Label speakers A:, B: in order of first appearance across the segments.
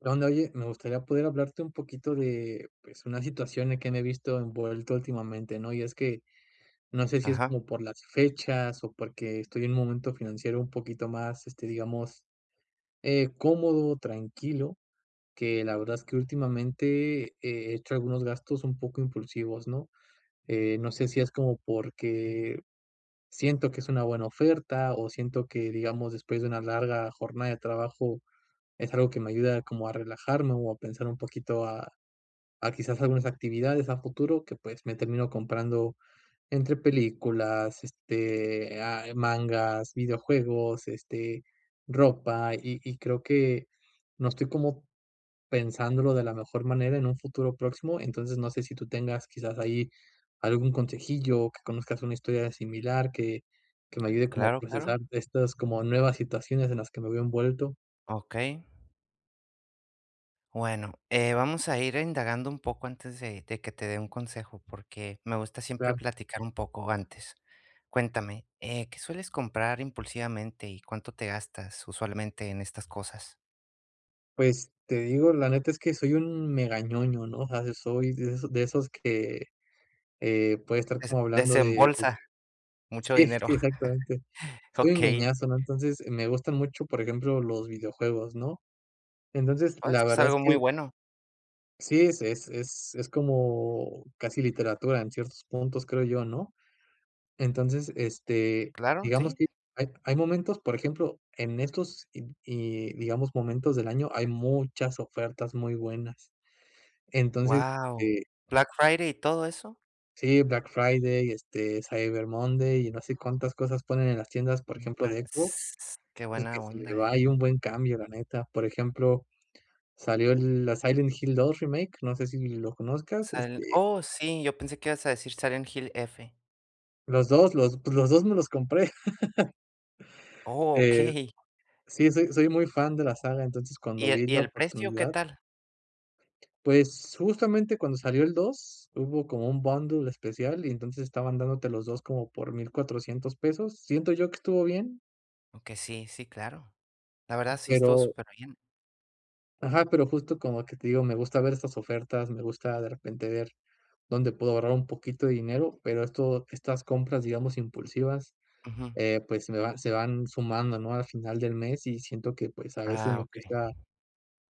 A: ¿Qué onda? Oye, me gustaría poder hablarte un poquito de, pues, una situación en que me he visto envuelto últimamente, ¿no? Y es que no sé si es
B: Ajá,
A: como por las fechas o porque estoy en un momento financiero un poquito más, este, digamos, cómodo, tranquilo, que la verdad es que últimamente he hecho algunos gastos un poco impulsivos, ¿no? No sé si es como porque siento que es una buena oferta o siento que, digamos, después de una larga jornada de trabajo es algo que me ayuda como a relajarme o a pensar un poquito a quizás algunas actividades a futuro que pues me termino comprando entre películas, este, ah, mangas, videojuegos, este, ropa y creo que no estoy como pensándolo de la mejor manera en un futuro próximo, entonces no sé si tú tengas quizás ahí algún consejillo, que conozcas una historia similar, que me ayude como a
B: claro, claro.
A: procesar estas como nuevas situaciones en las que me veo envuelto.
B: Okey. Bueno, vamos a ir indagando un poco antes de que te dé un consejo, porque me gusta siempre
A: Claro.
B: platicar un poco antes. Cuéntame, ¿qué sueles comprar impulsivamente y cuánto te gastas usualmente en estas cosas?
A: Pues te digo, la neta es que soy un megañoño, ¿no? O sea, soy de esos que puede estar como hablando de...
B: Desembolsa mucho
A: Sí, sí,
B: dinero.
A: exactamente. Soy un
B: Okey.
A: ñoñazo, ¿no? Entonces me gustan mucho, por ejemplo, los videojuegos, ¿no? Entonces,
B: Oh, eso
A: la
B: es
A: verdad es
B: algo
A: que
B: muy bueno.
A: sí, es como casi literatura en ciertos puntos, creo yo, ¿no? Entonces, este,
B: Claro,
A: digamos
B: sí.
A: que hay momentos, por ejemplo, en estos, y digamos, momentos del año, hay muchas ofertas muy buenas. Entonces,
B: Wow,
A: eh,
B: Black Friday y todo eso.
A: sí, Black Friday, este, Cyber Monday y no sé cuántas cosas ponen en las tiendas, por
B: Mm,
A: ejemplo,
B: pare
A: de Xbox,
B: Qué
A: pues
B: buena
A: que se me
B: onda,
A: va ahí
B: ¿eh?
A: un buen cambio, la neta. Por ejemplo, salió la Silent Hill dos Remake, no sé si lo conozcas,
B: Silent
A: este,
B: Oh, sí, yo pensé que ibas a decir Silent Hill F.
A: los dos, los, pues los dos me los compré.
B: Oh,
A: Eh,
B: okey.
A: sí, soy muy fan de la saga, entonces
B: ¿Y
A: cuando vi la
B: el precio qué
A: oportunidad,
B: tal?
A: pues justamente cuando salió el 2, hubo como un bundle especial y entonces estaban dándote los dos como por $1,400. Siento yo que estuvo bien,
B: Okey, sí, sí, claro. La verdad sí estuvo
A: pero
B: superbién.
A: ajá, pero justo como que te digo, me gusta ver estas ofertas, me gusta de repente ver dónde puedo ahorrar un poquito de dinero, pero esto, estas compras, digamos, impulsivas,
B: Ujú.
A: pues se van sumando, ¿no? Al final del mes y siento que pues a veces
B: Ah,
A: me
B: okey.
A: cuesta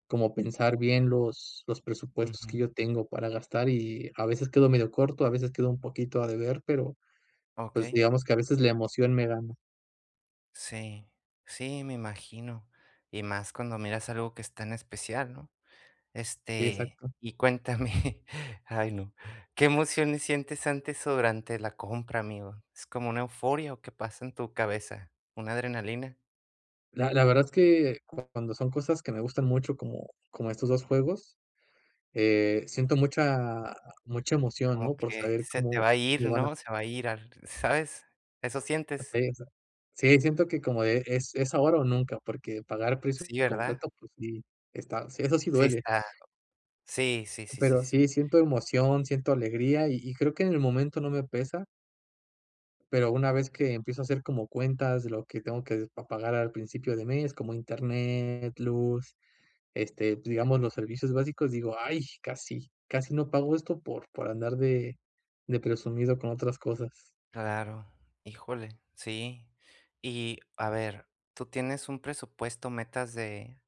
A: como pensar bien los presupuestos
B: Ujú.
A: que yo tengo para gastar y a veces quedo medio corto, a veces quedo un poquito a deber, pero pues
B: Okey.
A: digamos que a veces la emoción me gana.
B: Sí. Sí, me imagino. Y más cuando miras algo que es tan especial, ¿no?
A: Sí,
B: Este,
A: exacto.
B: y cuéntame, ay, no, ¿qué emociones sientes antes o durante la compra, amigo? ¿Es como una euforia o qué pasa en tu cabeza? ¿Una adrenalina?
A: La verdad es que cuando son cosas que me gustan mucho, como, como estos dos juegos, Siento mucha emoción,
B: Como
A: ¿no? Por
B: que
A: saber
B: se te
A: cómo
B: va a ir,
A: cómo van a
B: ¿no? Se va a ir al, ¿sabes? ¿Eso sientes?
A: hacer eso. Sí, siento que como de es ahora o nunca, porque pagar precio
B: Sí, ¿verdad?
A: completo, pues sí, está sí, eso sí
B: Sí
A: duele.
B: está, sí, sí, sí, sí,
A: Pero sí,
B: sí,
A: siento emoción, siento alegría y creo que en el momento no me pesa, pero una vez que empiezo a hacer como cuentas de lo que tengo que pa pagar al principio de mes, como internet, luz, este, pues, digamos, los servicios básicos, digo, ay, casi, casi no pago esto por andar de presumido con otras cosas.
B: claro, híjole, sí. Y a ver, ¿tú tienes un presupuesto, metas de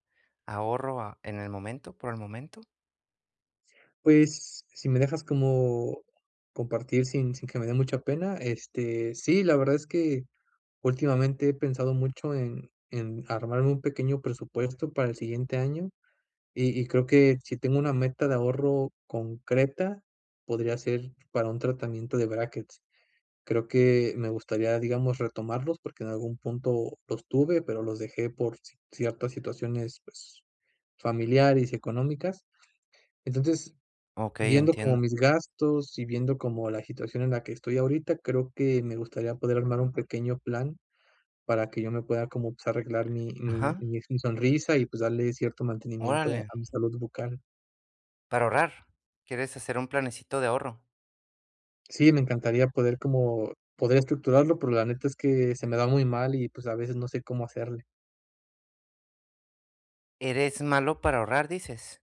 B: ahorro en el momento, por el momento?
A: Pues, si me dejas como compartir sin, sin que me dé mucha pena, este, sí, la verdad es que últimamente he pensado mucho en armarme un pequeño presupuesto para el siguiente año y creo que si tengo una meta de ahorro concreta, podría ser para un tratamiento de brackets. Creo que me gustaría, digamos, retomarlos, porque en algún punto los tuve, pero los dejé por ciertas situaciones, pues, familiares y económicas. Entonces,
B: Ok,
A: viendo como
B: entiendo.
A: mis gastos y viendo como la situación en la que estoy ahorita, creo que me gustaría poder armar un pequeño plan para que yo me pueda como pues, arreglar
B: Ajá,
A: mi sonrisa y pues darle cierto mantenimiento
B: órale,
A: a mi salud bucal.
B: para ahorrar. ¿Quieres hacer un planecito de ahorro?
A: Sí, me encantaría poder como poder estructurarlo, pero la neta es que se me da muy mal y pues a veces no sé cómo hacerle.
B: ¿Eres malo para ahorrar, dices?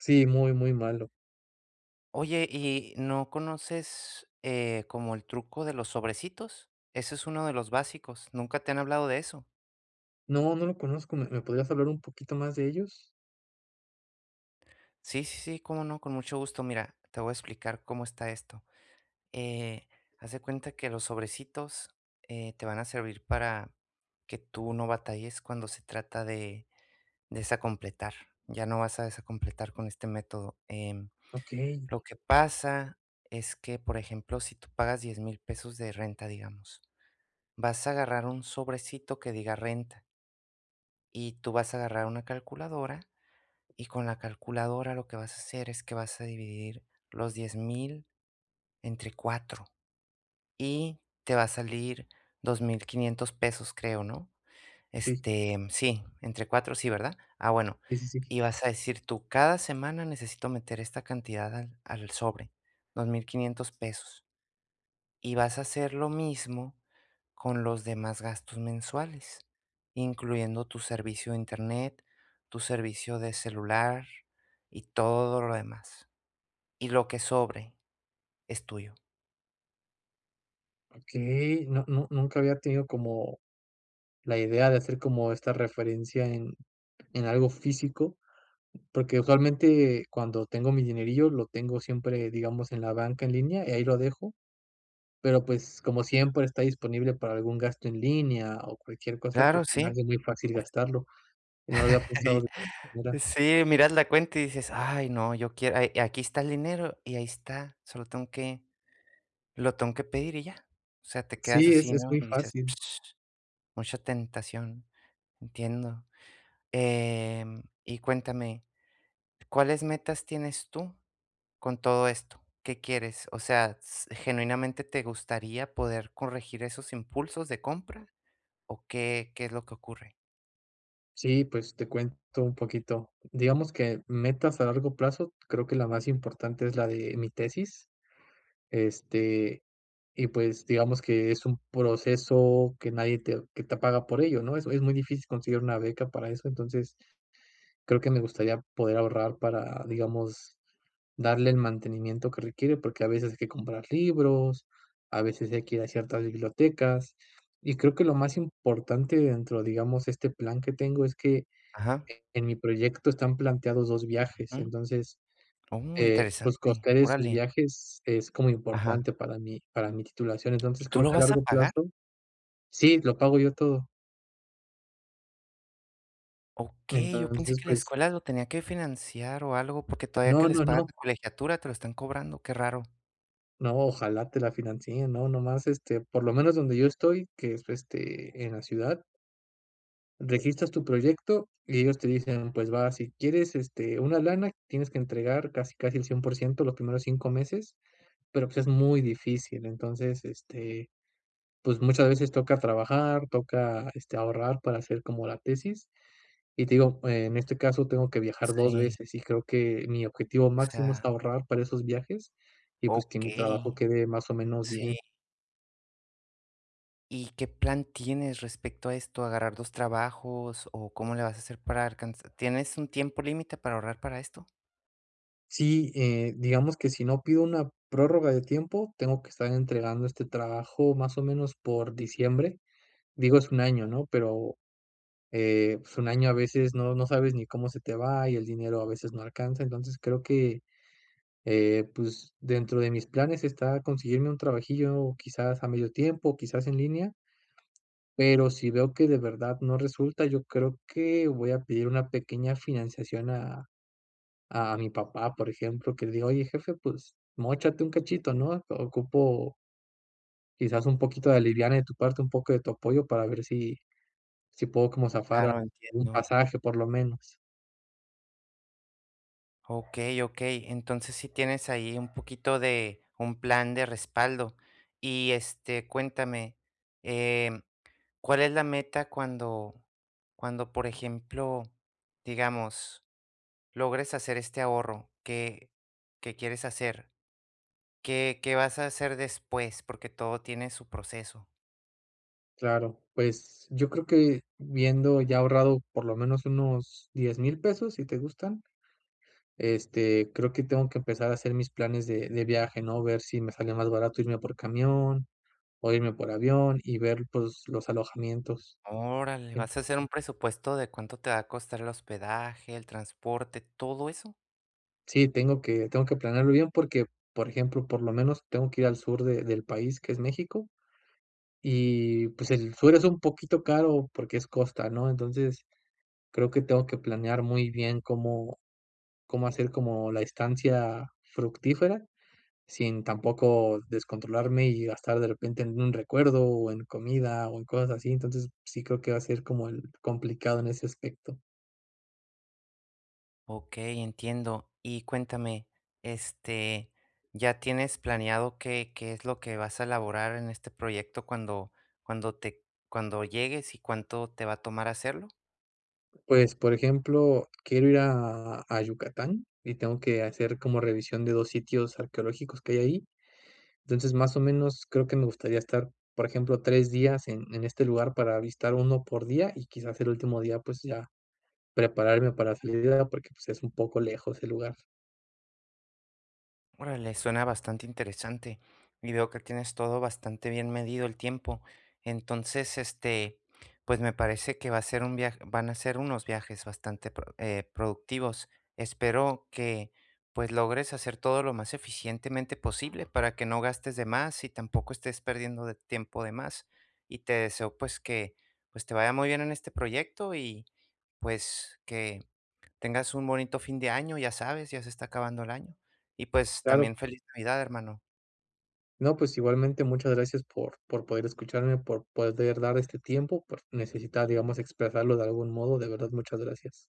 A: Sí, muy, muy malo.
B: Oye, ¿y no conoces como el truco de los sobrecitos? Ese es uno de los básicos. Nunca te han hablado de eso.
A: No, no lo conozco, me podrías hablar un poquito más de ellos?
B: Sí, sí, sí, cómo no, con mucho gusto. Mira, te voy a explicar cómo está esto. Eh, haz de cuenta que los sobrecitos, te van a servir para que tú no batalles cuando se trata de desacompletar. Ya no vas a desacompletar con este método.
A: Okey,
B: Lo que pasa es que, por ejemplo, si tú pagas 10 mil pesos de renta, digamos, vas a agarrar un sobrecito que diga renta y tú vas a agarrar una calculadora y con la calculadora lo que vas a hacer es que vas a dividir los 10 mil entre 4. Y te va a salir 2500 pesos, creo, ¿no?
A: sí,
B: Este, sí, entre 4 sí, ¿verdad? Ah, bueno,
A: sí, sí, sí.
B: y vas a decir tú, cada semana necesito meter esta cantidad al, al sobre, 2500 pesos, y vas a hacer lo mismo con los demás gastos mensuales, incluyendo tu servicio de internet, tu servicio de celular y todo lo demás. Y lo que sobre es tuyo.
A: Okey, no nunca había tenido como la idea de hacer como esta referencia en algo físico, porque usualmente cuando tengo mi dinerillo lo tengo siempre, digamos, en la banca en línea y ahí lo dejo, pero, pues, como siempre está disponible para algún gasto en línea o cualquier cosa, pues,
B: Claro,
A: se me
B: sí.
A: hace muy fácil gastarlo, y no lo había pensado
B: Y
A: de esa manera.
B: sí, miras la cuenta y dices: "Ay, no, yo quiero, ay, aquí está el dinero y ahí está, solo tengo que pedir y ya". O sea, te quedas
A: Sí,
B: así,
A: es
B: ¿no?
A: muy
B: Y dices:
A: fácil.
B: "Mucha tentación". Entiendo. Y cuéntame, ¿cuáles metas tienes tú con todo esto? ¿Qué quieres? O sea, s ¿Genuinamente te gustaría poder corregir esos impulsos de compra? ¿O qué es lo que ocurre?
A: Sí, pues te cuento un poquito. Digamos que metas a largo plazo, creo que la más importante es la de mi tesis. Este, y pues digamos que es un proceso que nadie te, que te paga por ello, ¿no? Es muy difícil conseguir una beca para eso, entonces creo que me gustaría poder ahorrar para, digamos, darle el mantenimiento que requiere, porque a veces hay que comprar libros, a veces hay que ir a ciertas bibliotecas. Y creo que lo más importante dentro, digamos, este plan que tengo es que
B: Ajá,
A: en mi proyecto están planteados 2 viajes,
B: ujú.
A: entonces,
B: Oh,
A: pues,
B: interesante.
A: costear esos
B: Órale.
A: viajes es como
B: Ajá.
A: importante para mi titulación,
B: ¿Y
A: entonces,
B: tú
A: creo
B: lo
A: que a
B: vas a
A: largo
B: pagar?
A: plazo sí, lo pago yo todo.
B: Okey, yo pensé
A: Entonces,
B: que la
A: pues,
B: escuela lo tenía que financiar o algo, porque todavía que les pagas
A: no,
B: la colegiatura te lo están cobrando, qué raro.
A: no, ojalá te la financien, no, nomás, este, por lo menos donde yo estoy, que es, este, en la ciudad, registras tu proyecto y ellos te dicen: "Pues va, si quieres, este, una lana, tienes que entregar casi, casi el 100% los primeros 5 meses", pero, pues, es muy difícil, entonces, este pues muchas veces toca trabajar, toca, este, ahorrar para hacer como la tesis. Y te digo, en este caso tengo que viajar 2
B: Sí,
A: veces y creo que mi objetivo
B: o
A: máximo es
B: sea,
A: ahorrar para esos viajes y, pues, que mi
B: okey,
A: trabajo quede más o menos
B: sí.
A: bien.
B: ¿Y qué plan tienes respecto a esto? ¿Agarrar 2 trabajos o cómo le vas a hacer para alcanzar? ¿Tienes un tiempo límite para ahorrar para esto?
A: Sí, digamos que si no pido una prórroga de tiempo, tengo que estar entregando este trabajo más o menos por diciembre. Digo, es un año, ¿no? Pero, pues, un año a veces no sabes ni cómo se te va y el dinero a veces no alcanza. Entonces, creo que pues, dentro de mis planes está conseguirme un trabajillo, quizás a medio tiempo, quizás en línea, pero si veo que de verdad no resulta, yo creo que voy a pedir una pequeña financiación a mi papá, por ejemplo, que le diga: "Oye, jefe, pues, móchate un cachito, ¿no? Ocupo quizás un poquito de aliviana de tu parte, un poco de tu apoyo para ver si si puedo como zafar a
B: Claro,
A: un
B: entiendo.
A: pasaje, por lo menos".
B: Okey, okey. Entonces sí tienes ahí un poquito de un plan de respaldo. Y, este, cuéntame, em ¿cuál es la meta cuando por ejemplo, digamos, logres hacer este ahorro que quieres hacer? ¿Qué vas a hacer después? Porque todo tiene su proceso.
A: Claro, pues, yo creo que viendo ya ahorrado por lo menos unos $10,000, si te gustan, este, creo que tengo que empezar a hacer mis planes de viaje, ¿no? Ver si me sale más barato irme por camión o irme por avión y ver pues los alojamientos.
B: Órale,
A: En-
B: ¿vas a hacer un presupuesto de cuánto te va a costar el hospedaje, el transporte, todo eso?
A: Sí, tengo que planearlo bien porque, por ejemplo, por lo menos tengo que ir al sur del país, que es México, y pues el sur es un poquito caro porque es costa, ¿no? Entonces, creo que tengo que planear muy bien cómo, cómo hacer como la estancia fructífera sin tampoco descontrolarme y gastar de repente en un recuerdo o en comida o en cosas así. Entonces, sí creo que va a ser como el complicado en ese aspecto.
B: Ok, entiendo. Y cuéntame, este, ¿ya tienes planeado qué es lo que vas a elaborar en este proyecto cuando te, cuando llegues y cuánto te va a tomar hacerlo?
A: Pues, por ejemplo, quiero ir a Yucatán y tengo que hacer como revisión de dos sitios arqueológicos que hay ahí. Entonces, más o menos creo que me gustaría estar, por ejemplo, tres días en este lugar para visitar uno por día y quizás el último día pues ya prepararme para la salida porque pues es un poco lejos el lugar.
B: Órale, suena bastante interesante y veo que tienes todo bastante bien medido el tiempo. Entonces, este, pues me parece que va a ser un viaje, van a ser unos viajes bastante productivos. Espero que pues logres hacer todo lo más eficientemente posible para que no gastes de más y tampoco estés perdiendo de tiempo de más. Y te deseo pues que pues te vaya muy bien en este proyecto y pues que tengas un bonito fin de año, ya sabes, ya se está acabando el año. Y pues
A: Claro,
B: también feliz Navidad, hermano.
A: no, pues igualmente muchas gracias por poder escucharme, por poder dar este tiempo, por necesitar, digamos, expresarlo de algún modo. De verdad, muchas gracias.